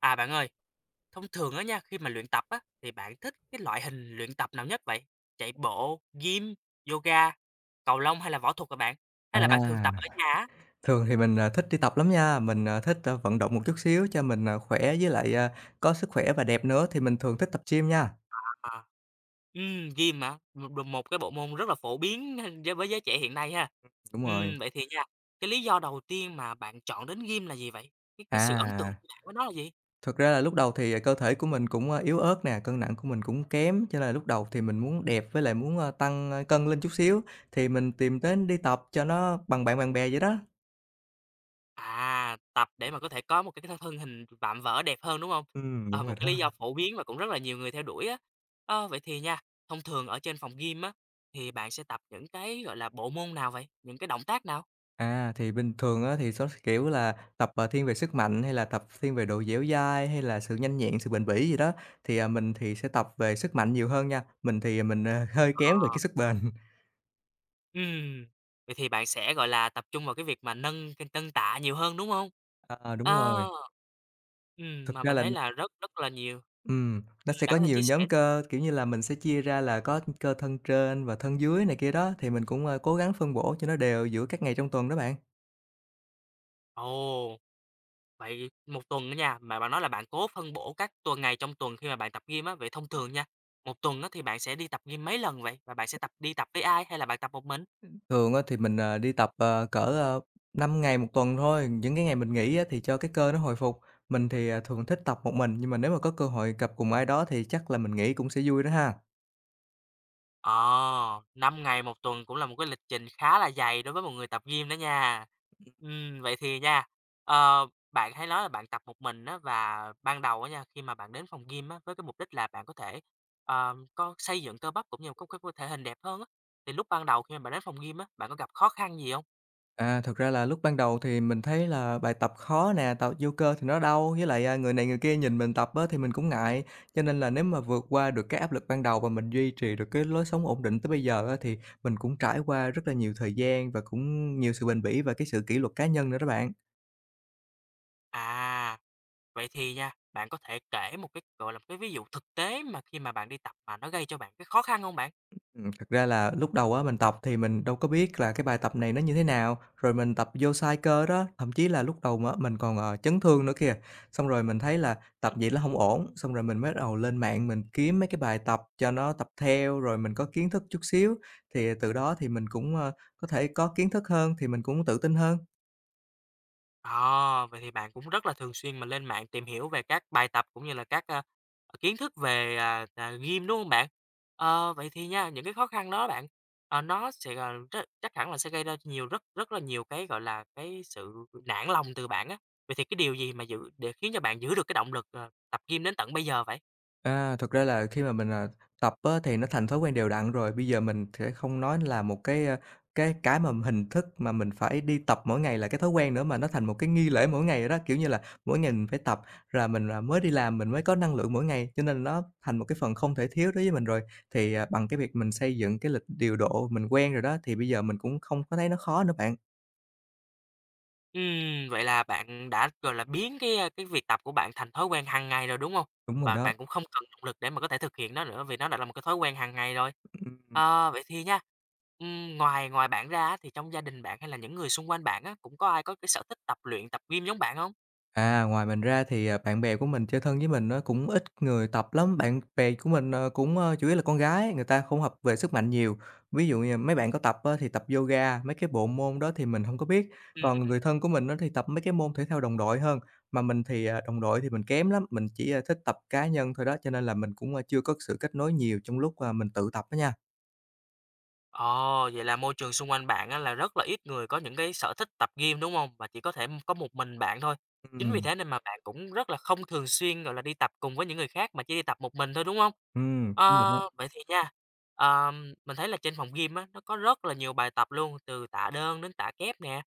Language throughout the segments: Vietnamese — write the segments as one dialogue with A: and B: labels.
A: À, bạn ơi, thông thường á nha, khi mà luyện tập á, thì bạn thích cái loại hình luyện tập nào nhất vậy? Chạy bộ, gym, yoga, cầu lông hay là võ thuật hả bạn? Hay
B: À,
A: là bạn thường tập ở nhà á?
B: thường thì mình, thích đi tập lắm nha, mình, à, thích, a, vận động một chút xíu cho khỏe với lại, có sức khỏe và đẹp nữa thì mình thường thích tập gym nha.
A: À. Gym hả? Một cái bộ môn rất là phổ biến với giới trẻ hiện nay ha.
B: Đúng rồi.
A: Vậy thì nha, cái lý do đầu tiên mà bạn chọn đến gym là gì vậy? Cái sự ấn tượng
B: À,
A: của bạn với nó là gì?
B: thực ra là lúc đầu thì, cơ thể của mình cũng, yếu ớt nè, cân nặng của mình cũng kém, cho nên là lúc đầu thì mình muốn đẹp với lại muốn, tăng, cân lên chút xíu, thì mình tìm đến đi tập cho nó bằng bạn bằng bè vậy đó.
A: À, tập để mà có thể có một cái thân hình vạm vỡ đẹp hơn, đúng hông?
B: Ừ,
A: Ờ,
B: đúng
A: một
B: rồi
A: cái
B: đó.
A: lý do phổ biến mà cũng rất là nhiều người theo đuổi á. Ơ, vậy thì nha, thông thường ở trên phòng gym á, thì bạn sẽ tập những cái, gọi là, bộ môn nào vậy? Những cái động tác nào?
B: À, thì bình thường á thì sẽ, kiểu là, tập, thiên về sức mạnh hay là tập thiên về độ dẻo dai hay là sự nhanh nhẹn, sự bền bỉ gì đó, thì, mình thì sẽ tập về sức mạnh nhiều hơn nha. Mình thì mình, hơi kém về
A: Ờ,
B: cái sức bền.
A: ừm, vậy thì bạn sẽ, gọi là, tập trung vào cái việc mà nâng cân nâng tạ nhiều hơn, đúng hông?
B: Ờ, đúng
A: Ờ,
B: rồi, thực
A: mà
B: ra
A: mình
B: là
A: thấy là rất rất là nhiều.
B: nó sẽ
A: Bạn
B: có
A: có thể
B: nhiều
A: chia sẻ
B: nhóm
A: đi.
B: cơ, kiểu như là, mình sẽ chia ra là có cơ thân trên và thân dưới này kia đó, thì mình cũng, cố gắng phân bổ cho nó đều giữa các ngày trong tuần đó bạn.
A: Ồ. Vậy một tuần á nha, mà bạn nói là bạn cố phân bổ các tuần ngày trong tuần khi mà bạn tập gym á, vậy thông thường nha, một tuần á thì bạn sẽ đi tập gym mấy lần vậy? Và bạn sẽ đi tập với ai hay là bạn tập một mình?
B: Thường á thì mình, đi tập, cỡ, 5 ngày một tuần thôi, những cái ngày mình nghỉ á thì cho cái cơ nó hồi phục. Mình thì, thường thích tập một mình, nhưng mà nếu mà có cơ hội gặp cùng ai đó thì chắc là mình nghĩ cũng sẽ vui đó ha.
A: Ờ, 5 ngày một tuần cũng là một cái lịch trình khá là dày đối với một người tập gym đó nha. Vậy thì nha, ờ, bạn hay nói là bạn tập một mình á, và ban đầu á nha, khi mà bạn đến phòng gym á, với cái mục đích là bạn có thể, có xây dựng cơ bắp cũng như có thể hình đẹp hơn á, thì lúc ban đầu khi mà bạn đến phòng gym á, bạn có gặp khó khăn gì không?
B: À, thực ra là lúc ban đầu thì mình thấy là bài tập khó nè, tập vô cơ thì nó đau, với lại, người này người kia nhìn mình tập á thì mình cũng ngại. Cho nên là nếu mà vượt qua được cái áp lực ban đầu và mình duy trì được cái lối sống ổn định tới bây giờ á, thì mình cũng trải qua rất là nhiều thời gian và cũng nhiều sự bền bỉ và cái sự kỷ luật cá nhân nữa đó bạn.
A: À. Vậy thì nha, bạn có thể kể một cái, gọi là, một cái ví dụ thực tế mà khi mà bạn đi tập mà nó gây cho bạn cái khó khăn không bạn?
B: Thật ra là lúc đầu á, mình tập thì mình đâu có biết là cái bài tập này nó như thế nào, rồi mình tập vô sai cơ đó, thậm chí là lúc đầu mà mình còn, chấn thương nữa kìa. Xong rồi mình thấy là tập vậy nó không
A: Ừm.
B: ổn, xong rồi mình mới bắt đầu lên mạng mình kiếm mấy cái bài tập cho nó tập theo, rồi mình có kiến thức chút xíu, thì từ đó thì mình cũng, có thể có kiến thức hơn, thì mình cũng tự tin hơn.
A: À, vậy thì bạn cũng rất là thường xuyên mà lên mạng tìm hiểu về các bài tập cũng như là các, kiến thức về, gym, đúng không bạn? Ờ, vậy thì nha, những cái khó khăn đó bạn, nó sẽ, rất chắc hẳn là sẽ gây ra nhiều rất rất là nhiều cái, gọi là, cái sự nản lòng từ bạn á. Vậy thì cái điều gì mà giữ để khiến cho bạn giữ được cái động lực, tập gym đến tận bây giờ vậy?
B: À, thực ra là khi mà mình, tập á thì nó thành thói quen đều đặn rồi, bây giờ mình sẽ không nói là một cái, a, cái cái mà hình thức mà mình phải đi tập mỗi ngày là cái thói quen nữa, mà nó thành một cái nghi lễ mỗi ngày rồi đó. Kiểu như là, mỗi ngày mình phải tập là mình, mới đi làm mình mới có năng lượng mỗi ngày, cho nên nó thành một cái phần không thể thiếu đối với mình rồi. Thì, bằng cái việc mình xây dựng cái lịch điều độ mình quen rồi đó, thì bây giờ mình cũng không có thấy nó khó nữa bạn.
A: Vậy là bạn đã, gọi là, biến cái, cái việc tập của bạn thành thói quen hàng ngày rồi, đúng không?
B: Đúng rồi
A: Và
B: đó.
A: bạn cũng không cần động lực để mà có thể thực hiện nó nữa vì nó đã là một cái thói quen hàng ngày rồi. Ờ, vậy thì nha, ngoài ngoài bạn ra á thì trong gia đình bạn hay là những người xung quanh bạn á, cũng có ai có cái sở thích tập luyện, tập gym giống bạn không?
B: À, ngoài mình ra thì, bạn bè của mình chơi thân với mình nó cũng ít người tập lắm. Bạn bè của mình, cũng, chủ yếu là con gái, người ta không hợp về sức mạnh nhiều. Ví dụ như mấy bạn có tập á thì tập yoga, mấy cái bộ môn đó thì mình không có biết. Còn người
A: Ừm.
B: thân của mình nó thì tập mấy cái môn thể thao đồng đội hơn, mà mình thì, đồng đội thì mình kém lắm, mình chỉ, thích tập cá nhân thôi đó, cho nên là mình cũng, chưa có sự kết nối nhiều trong lúc, mình tự tập đó nha.
A: Ồ, vậy là môi trường xung quanh bạn á, là rất là ít người có những cái sở thích tập gym, đúng không? Và chỉ có thể có một mình bạn thôi. Chính vì
B: Ừm,
A: thế nên mà bạn cũng rất là không thường xuyên, gọi là, đi tập cùng với những người khác mà chỉ đi tập một mình thôi, đúng không?
B: đúng
A: Ờ,
B: rồi đó.
A: vậy thì nha, mình thấy là trên phòng gym á, nó có rất là nhiều bài tập luôn, từ tạ đơn đến tạ kép nè,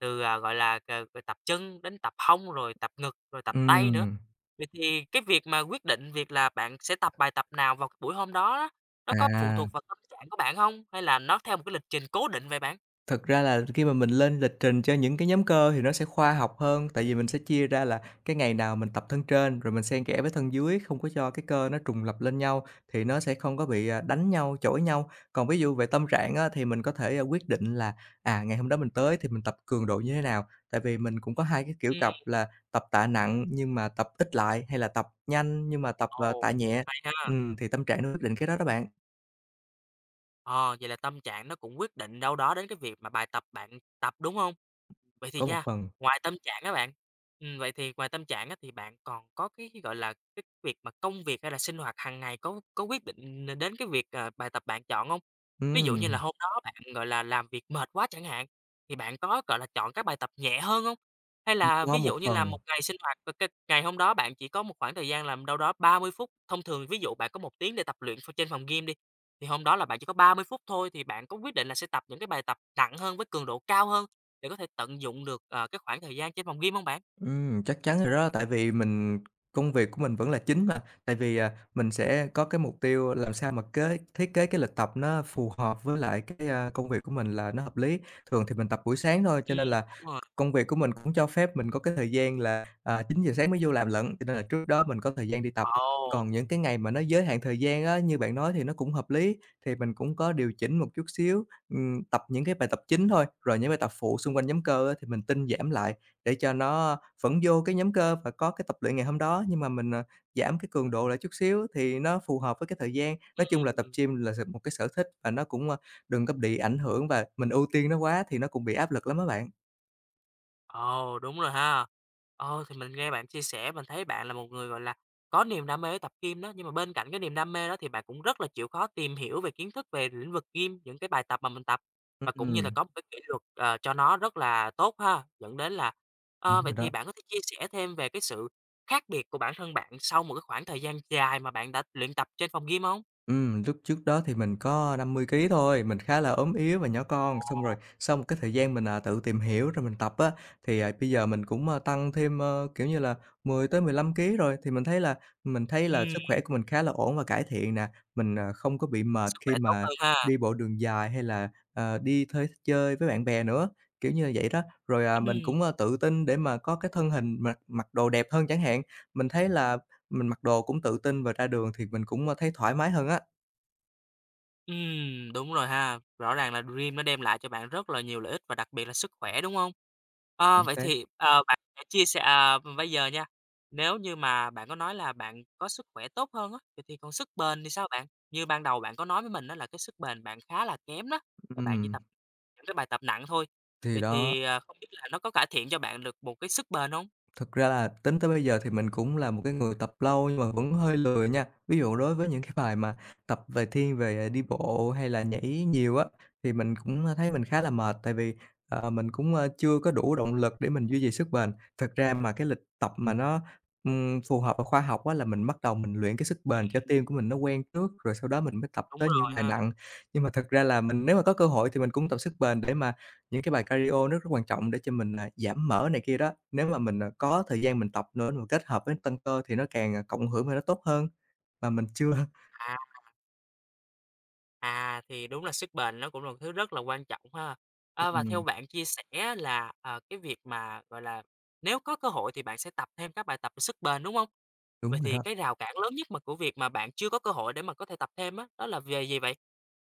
A: từ, gọi là, tập chân đến tập hông, rồi tập ngực, rồi tập tay nữa.
B: Ừm,
A: Vậy thì cái việc mà quyết định việc là bạn sẽ tập bài tập nào vào cái buổi hôm đó nó có phụ
B: à.
A: thuộc vào tâm trạng của bạn hông? Hay là nó theo một cái lịch trình cố định vậy bạn?
B: Thật ra là khi mà mình lên lịch trình cho những cái nhóm cơ thì nó sẽ khoa học hơn, tại vì mình sẽ chia ra là cái ngày nào mình tập thân trên, rồi mình xen kẽ với thân dưới, không có cho cái cơ nó trùng lặp lên nhau thì nó sẽ không có bị, đánh nhau, chổi nhau. Còn ví dụ về tâm trạng á, thì mình có thể, quyết định là, ngày hôm đó mình tới thì mình tập cường độ như thế nào, tại vì mình cũng có 2 cái kiểu cặp
A: Ừm,
B: là tập tạ nặng nhưng mà tập ít lại, hay là tập nhanh nhưng mà tập,
A: ồ,
B: tạ nhẹ.
A: hay ha!
B: Thì tâm trạng nó quyết định cái đó đó bạn,
A: Ờ, vậy là tâm trạng nó cũng quyết định đâu đó đến cái việc mà bài tập bạn tập, đúng hông? Vậy thì
B: có một
A: nha,
B: phần.
A: ngoài tâm trạng á bạn, vậy thì ngoài tâm trạng á thì bạn còn có cái gọi là, cái việc mà công việc hay là sinh hoạt hàng ngày có quyết định đến cái việc, bài tập bạn chọn không? Ví dụ như là
B: Ừm,
A: hôm đó bạn, gọi là, làm việc mệt quá chẳng hạn, thì bạn có, gọi là, chọn các bài tập nhẹ hơn không? Hay là
B: có
A: ví
B: một
A: dụ như
B: phần.
A: là một ngày sinh hoạt c c ngày hôm đó bạn chỉ có một khoảng thời gian làm đâu đó 30 phút, thông thường ví dụ bạn có một tiếng để tập luyện trên phòng gym đi, thì hôm đó là bạn chỉ có 30 phút thôi thì bạn có quyết định là sẽ tập những cái bài tập nặng hơn với cường độ cao hơn, để có thể tận dụng được, cái khoảng thời gian trên phòng gym hông bạn?
B: Chắc chắn rồi đó, tại vì mình công việc của mình vẫn là chính mà. Tại vì, mình sẽ có cái mục tiêu làm sao mà thiết kế cái lịch tập nó phù hợp với lại cái, công việc của mình là nó hợp lý. Thường thì mình tập buổi sáng thôi, cho
A: Ừm,
B: nên là
A: đúng rồi.
B: công việc của mình cũng cho phép mình có cái thời gian là, chín giờ sáng mới vô làm lận, cho nên là trước đó mình có thời gian đi tập.
A: Ồ,
B: Còn những cái ngày mà nó giới hạn thời gian á, như bạn nói thì nó cũng hợp lý, thì mình cũng có điều chỉnh một chút xíu, tập những cái bài tập chính thôi, rồi những bài tập phụ xung quanh nhóm cơ á thì mình tinh giảm lại để cho nó vẫn vô cái nhóm cơ và có cái tập luyện ngày hôm đó, nhưng mà mình, giảm cái cường độ lại chút xíu thì nó phù hợp với cái thời gian. Nói chung là tập
A: ừm,
B: gym là một cái sở thích và nó cũng, đừng có bị ảnh hưởng và mình ưu tiên nó quá thì nó cũng bị áp lực lắm các bạn.
A: ồ, đúng rồi ha. Ờ, thì mình nghe bạn chia sẻ mình thấy bạn là một người, gọi là, có niềm đam mê tập gym đó, nhưng mà bên cạnh cái niềm đam mê đó thì bạn cũng rất là chịu khó tìm hiểu về kiến thức về lĩnh vực gym, những cái bài tập mà mình tập và cũng như là
B: Ừm,
A: có một cái kỷ luật, cho nó rất là tốt ha, dẫn đến là
B: đúng
A: vậy
B: rồi
A: thì
B: đó.
A: bạn có thể chia sẻ thêm về cái sự khác biệt của bản thân bạn sau một cái khoảng thời gian dài mà bạn đã luyện tập trên phòng gym hông?
B: Lúc trước đó thì mình có 50 ký thôi, mình khá là ốm yếu và nhỏ con. Xong
A: Ồ,
B: rồi sau một cái thời gian mình, tự tìm hiểu rồi mình tập á, thì, bây giờ mình cũng, tăng thêm, kiểu như là, 10 tới 15 ký rồi. Thì mình thấy là
A: ừm.
B: sức khỏe của mình khá là ổn và cải thiện nè, mình, không có bị mệt
A: Sức khỏe
B: khi
A: tốt
B: mà
A: hơn ha.
B: đi bộ đường dài hay là, đi thuê chơi với bạn bè nữa, kiểu như là vậy đó. Rồi, mình
A: Ừm,
B: cũng, tự tin để mà có cái thân hình mặc mặc đồ đẹp hơn chẳng hạn. Mình thấy là mình mặc đồ cũng tự tin và ra đường thì mình cũng, thấy thoải mái hơn á.
A: đúng rồi ha. Rõ ràng là Dream nó đem lại cho bạn rất là nhiều lợi ích và đặc biệt là sức khỏe, đúng không? Ờ,
B: Chính
A: vậy
B: xác.
A: thì, bạn sẽ chia sẻ à, bây giờ nha, nếu như mà bạn có nói là bạn có sức khỏe tốt hơn á, vậy thì còn sức bền thì sao bạn? Như ban đầu bạn có nói với mình đó là cái sức bền bạn khá là kém đó, và bạn chỉ
B: Ừm,
A: tập những cái bài tập nặng thôi.
B: thì
A: Vậy
B: đó,
A: thì, không biết là nó có cải thiện cho bạn được một cái sức bền không?
B: thực ra là tính tới bây giờ thì mình cũng là một cái người tập lâu nhưng mà vẫn hơi lười nha. Ví dụ đối với những cái bài mà tập về thiên về đi bộ hay là nhảy nhiều á, thì mình cũng thấy mình khá là mệt, tại vì, mình cũng, chưa có đủ động lực để mình duy trì sức bền. Thực ra mà cái lịch tập mà nó, phù hợp và khoa học á là mình bắt đầu mình luyện cái sức bền cho tim của mình nó quen trước, rồi sau đó mình mới tập
A: Đúng
B: tới
A: rồi
B: những bài
A: ha.
B: nặng. Nhưng mà thực ra là mình nếu mà có cơ hội thì mình cũng tập sức bền để mà những cái bài cardio nó rất quan trọng để cho mình, giảm mỡ này kia đó. Nếu mà mình, có thời gian mình tập nữa mà kết hợp với tăng cơ thì nó càng, cộng hưởng và nó tốt hơn, mà mình chưa.
A: À. À, thì đúng là sức bền nó cũng là một thứ rất là quan trọng ha. À, và theo
B: ừm,
A: bạn chia sẻ là, cái việc mà, gọi là, nếu có cơ hội thì bạn sẽ tập thêm các bài tập về sức bền, đúng không? Vậy
B: đúng
A: thì
B: rồi.
A: cái rào cản lớn nhất mà của việc mà bạn chưa có cơ hội để mà có thể tập thêm á, đó là về gì vậy?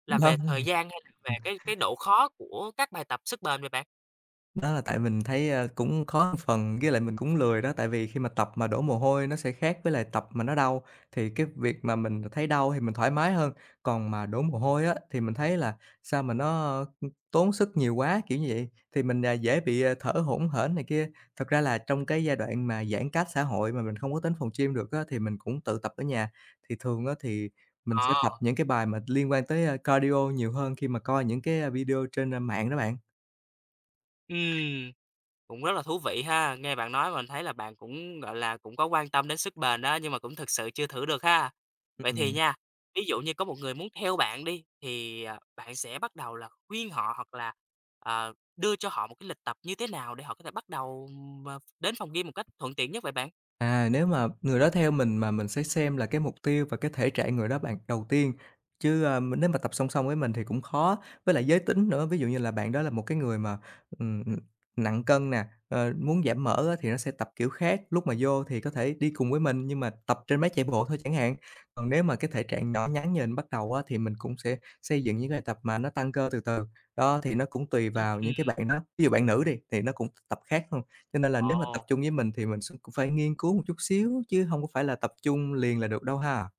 A: Là
B: Đó.
A: về thời gian hay là về cái độ khó của các bài tập sức bền vậy bạn?
B: Đó là tại mình thấy, cũng khó một phần, với lại mình cũng lười đó, tại vì khi mà tập mà đổ mồ hôi nó sẽ khác với lại tập mà nó đau, thì cái việc mà mình thấy đau thì mình thoải mái hơn. Còn mà đổ mồ hôi á, thì mình thấy là sao mà nó, tốn sức nhiều quá, kiểu như vậy, thì mình, dễ bị, thở hổn hển này kia. Thật ra là trong cái giai đoạn mà giãn cách xã hội mà mình không có đến phòng gym được á, thì mình cũng tự tập ở nhà. Thì thường á, thì mình
A: Ờ,
B: sẽ tập những cái bài mà liên quan tới, cardio nhiều hơn khi mà coi những cái, video trên, mạng đó bạn.
A: ừm. Cũng rất là thú vị ha, nghe bạn nói mình thấy là bạn cũng, gọi là, cũng có quan tâm đến sức bền đó, nhưng mà cũng thực sự chưa thử được ha. Vậy thì
B: Ừm.
A: nha, ví dụ như có một người muốn theo bạn đi, thì, bạn sẽ bắt đầu là khuyên họ hoặc là, đưa cho họ một cái lịch tập như thế nào để họ có thể bắt đầu, đến phòng gym một cách thuận tiện nhất vậy bạn?
B: À, nếu mà người đó theo mình mà mình sẽ xem là cái mục tiêu và cái thể trạng người đó bạn đầu tiên, chứ, nếu mà tập song song với mình thì cũng khó. Với lại giới tính nữa, ví dụ như là bạn đó là một cái người mà, ừm, nặng cân nè, ờ, muốn giảm mỡ á thì nó sẽ tập kiểu khác, lúc mà vô thì có thể đi cùng với mình nhưng mà tập trên máy chạy bộ thôi chẳng hạn. Còn nếu mà cái thể trạng nhỏ nhắn như mình bắt đầu á thì mình cũng sẽ xây dựng những cái bài tập mà nó tăng cơ từ từ. Đó, thì nó cũng tùy vào những cái
A: Ừm,
B: bạn đó, ví dụ bạn nữ đi thì nó cũng tập khác hơn. Cho nên là nếu mà tập
A: ồ,
B: trung với mình thì mình s cũng phải nghiên cứu một chút xíu, chứ hông có phải là tập trung liền là được đâu ha.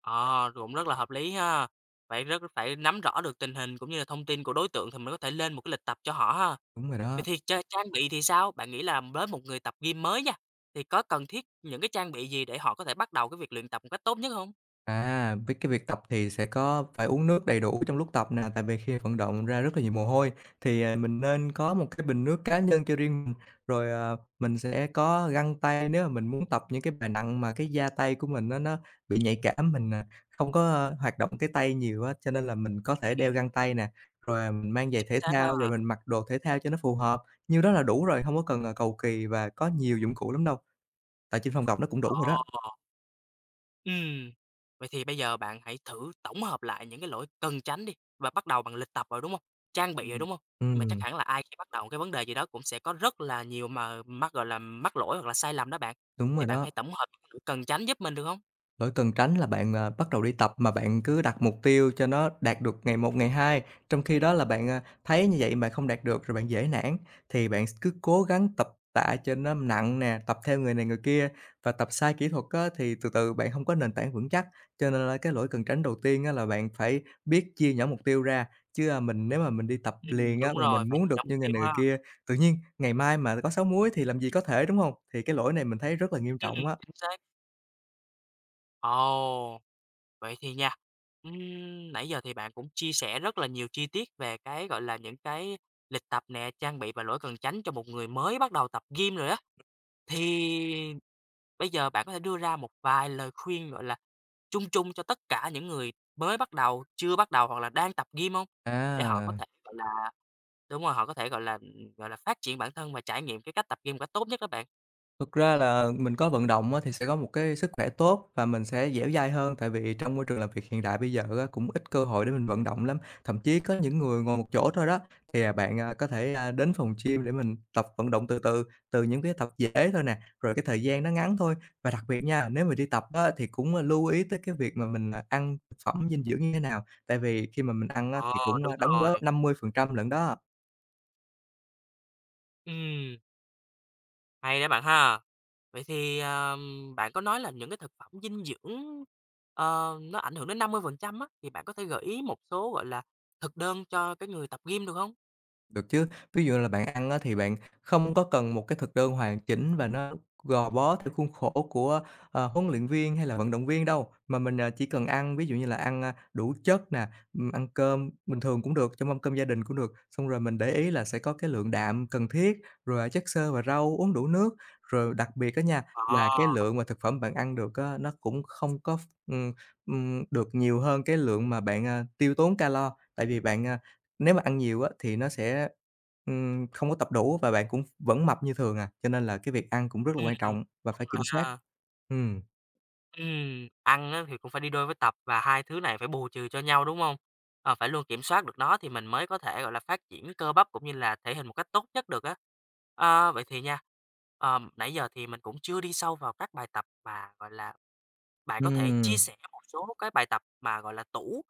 A: ờ, cũng rất là hợp lý ha. Phải rất phải nắm rõ được tình hình cũng như là thông tin của đối tượng thì mình có thể lên một cái lịch tập cho họ ha.
B: Đúng rồi
A: Vậy
B: đó.
A: thì trang bị thì sao? Bạn nghĩ là với một người tập gym mới nha, thì có cần thiết những cái trang bị gì để họ có thể bắt đầu cái việc luyện tập một cách tốt nhất hông?
B: À, với cái việc tập thì sẽ có phải uống nước đầy đủ trong lúc tập nè, tại vì khi vận động ra rất là nhiều mồ hôi thì, à, mình nên có một cái bình nước cá nhân cho riêng mình, rồi, ờ, mình sẽ có găng tay nếu mà mình muốn tập những cái bài nặng mà cái da tay của mình nó bị nhạy cảm, mình, à, không có, ơ, hoạt động cái tay nhiều á, cho nên là mình có thể đeo
A: Ừm,
B: găng tay nè, rồi, à, mình mang giày
A: chính
B: thể
A: xác
B: thao, rồi
A: ha.
B: mình mặc đồ thể thao cho nó phù hợp. Như đó là đủ rồi, không có cần, à, cầu kỳ và có nhiều dụng cụ lắm đâu, tại trên phòng tập nó cũng đủ rồi đó.
A: Ồ, ừm. Vậy thì bây giờ bạn hãy thử tổng hợp lại những cái lỗi cần tránh đi, và bắt đầu bằng lịch tập rồi, đúng hông? Trang bị rồi,
B: Ừm.
A: đúng hông? Nhưng mà chắc
B: Ừm,
A: hẳn là ai khi bắt đầu cái vấn đề gì đó cũng sẽ có rất là nhiều gọi là, mắc lỗi hoặc là sai lầm đó bạn.
B: đúng
A: Thì
B: rồi
A: bạn
B: đó.
A: hãy tổng hợp những cái lỗi cần tránh giúp mình được hông?
B: Lỗi cần tránh là bạn, à, bắt đầu đi tập mà bạn cứ đặt mục tiêu cho nó đạt được ngày một, ngày hai, trong khi đó là bạn, à, thấy như vậy mà không đạt được rồi bạn dễ nản. Thì bạn cứ cố gắng tập tạ cho nó nặng nè, tập theo người này người kia và tập sai kỹ thuật á, thì từ từ bạn không có nền tảng vững chắc. Cho nên là cái lỗi cần tránh đầu tiên á, là bạn phải biết chia nhỏ mục tiêu ra, chứ, à, mình nếu mà mình đi tập liền á,
A: Đúng
B: mà
A: rồi,
B: mình
A: phải
B: muốn
A: theo
B: được
A: dõi mục
B: như người
A: tiêu
B: này
A: ha.
B: người kia, tự nhiên ngày mai mà có sáu múi thì làm gì có thể, đúng không? Thì cái lỗi này mình thấy rất là nghiêm
A: Ừm,
B: trọng á.
A: chính xác. Ồ. Vậy thì nha, nãy giờ thì bạn cũng chia sẻ rất là nhiều chi tiết về cái, gọi là, những cái lịch tập nè, trang bị và lỗi cần tránh cho một người mới bắt đầu tập gym rồi á. Thì bây giờ bạn có thể đưa ra một vài lời khuyên, gọi là, chung chung cho tất cả những người mới bắt đầu, chưa bắt đầu hoặc là đang tập gym không? Để họ có
B: À.
A: thể, gọi là đúng rồi, họ có thể, gọi là, phát triển bản thân và trải nghiệm cái cách tập gym một cách tốt nhất đó bạn.
B: Thực ra là mình có vận động á, thì sẽ có một cái sức khỏe tốt và mình sẽ dẻo dai hơn, tại vì trong môi trường làm việc hiện đại bây giờ á, cũng ít cơ hội để mình vận động lắm. Thậm chí có những người ngồi một chỗ thôi đó, thì, à, bạn, à, có thể, đến phòng gym để mình tập vận động từ từ, từ những cái tập dễ thôi nè, rồi cái thời gian nó ngắn thôi. Và đặc biệt nha, nếu mà đi tập á, thì cũng, lưu ý tới cái việc mà mình, à, ăn thực phẩm dinh dưỡng như thế nào, tại vì khi mà mình ăn á,
A: Ờ,
B: thì cũng,
A: đúng
B: đóng
A: rồi.
B: góp 50% lận đó.
A: Ừm, hay đấy bạn ha. Vậy thì, bạn có nói là những cái thực phẩm dinh dưỡng, nó ảnh hưởng đến 50% á, thì bạn có thể gợi ý một số, gọi là, thực đơn cho cái người tập gym được không?
B: Được chứ. Ví dụ là bạn ăn á thì bạn không có cần một cái thực đơn hoàn chỉnh và nó gò bó theo khuôn khổ của, ờ, huấn luyện viên hay là vận động viên đâu, mà mình, à, chỉ cần ăn ví dụ như là ăn, đủ chất nè, ăn cơm bình thường cũng được, trong mâm cơm gia đình cũng được. Xong rồi mình để ý là sẽ có cái lượng đạm cần thiết, rồi chất xơ và rau, uống đủ nước. Rồi đặc biệt á nha,
A: Ờ,
B: là cái lượng mà thực phẩm bạn ăn được á, nó cũng không có ừm, được nhiều hơn cái lượng mà bạn, à, tiêu tốn calo, tại vì bạn, à nếu mà ăn nhiều á thì nó sẽ, không có tập đủ và bạn cũng vẫn mập như thường à, cho nên là cái việc ăn cũng rất là quan trọng và
A: đúng
B: phải kiểm
A: rồi
B: soát.
A: ha.
B: Ừm.
A: Ăn á thì cũng phải đi đôi với tập và hai thứ này phải bù trừ cho nhau, đúng không? Ờ, phải luôn kiểm soát được nó thì mình mới có thể, gọi là, phát triển cơ bắp cũng như là thể hình một cách tốt nhất được á. Ờ, vậy thì nha, nãy giờ thì mình cũng chưa đi sâu vào các bài tập mà, gọi là bạn có thể chia
B: Ừm.
A: sẻ một số cái bài tập mà, gọi là, tủ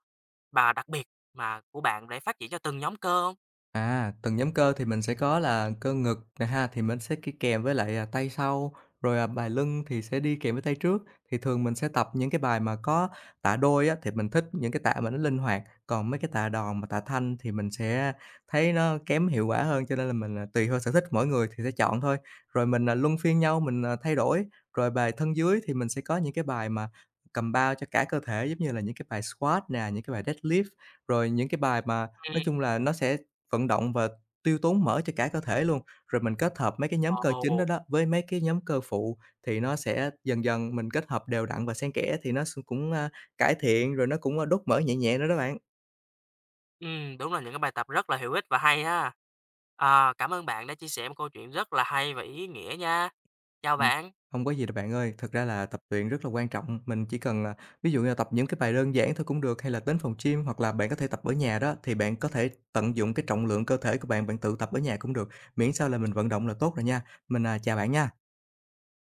A: và đặc biệt mà của bạn để phát triển cho từng nhóm cơ hông?
B: À, từng nhóm cơ thì mình sẽ có là cơ ngực nè ha, thì mình sẽ đi kèm với lại, à, tay sau, rồi, à, bài lưng thì sẽ đi kèm với tay trước. Thì thường mình sẽ tập những cái bài mà có tạ đôi á, thì mình thích những cái tạ mà nó linh hoạt, còn mấy cái tạ đòn mà tạ thanh thì mình sẽ thấy nó kém hiệu quả hơn, cho nên là mình, à, tùy theo sở thích mỗi người thì sẽ chọn thôi. Rồi mình, à, luân phiên nhau mình, à, thay đổi. Rồi bài thân dưới thì mình sẽ có những cái bài mà cầm bao cho cả cơ thể, giống như là những cái bài squat nè, những cái bài deadlift, rồi những cái bài mà
A: Ừm,
B: nói chung là nó sẽ vận động và tiêu tốn mỡ cho cả cơ thể luôn, rồi mình kết hợp mấy cái nhóm cơ chính
A: ồ.
B: đó đó với mấy cái nhóm cơ phụ thì nó sẽ dần dần mình kết hợp đều đặn và xen kẽ thì nó s cũng, cải thiện, rồi nó cũng, đốt mỡ nhẹ nhẹ nữa đó bạn.
A: Đúng là những cái bài tập rất là hữu ích và hay ha. Ờ, cảm ơn bạn đã chia sẻ một câu chuyện rất là hay và ý nghĩa nha. Chào
B: Ừm,
A: bạn.
B: hông có gì đâu bạn ơi, thật ra là tập luyện rất là quan trọng, mình chỉ cần, à, ví dụ như là tập những cái bài đơn giản thôi cũng được, hay là đến phòng gym hoặc là bạn có thể tập ở nhà đó, thì bạn có thể tận dụng cái trọng lượng cơ thể của bạn, bạn tự tập ở nhà cũng được, miễn sao là mình vận động là tốt rồi nha. Mình, à, chào bạn nha.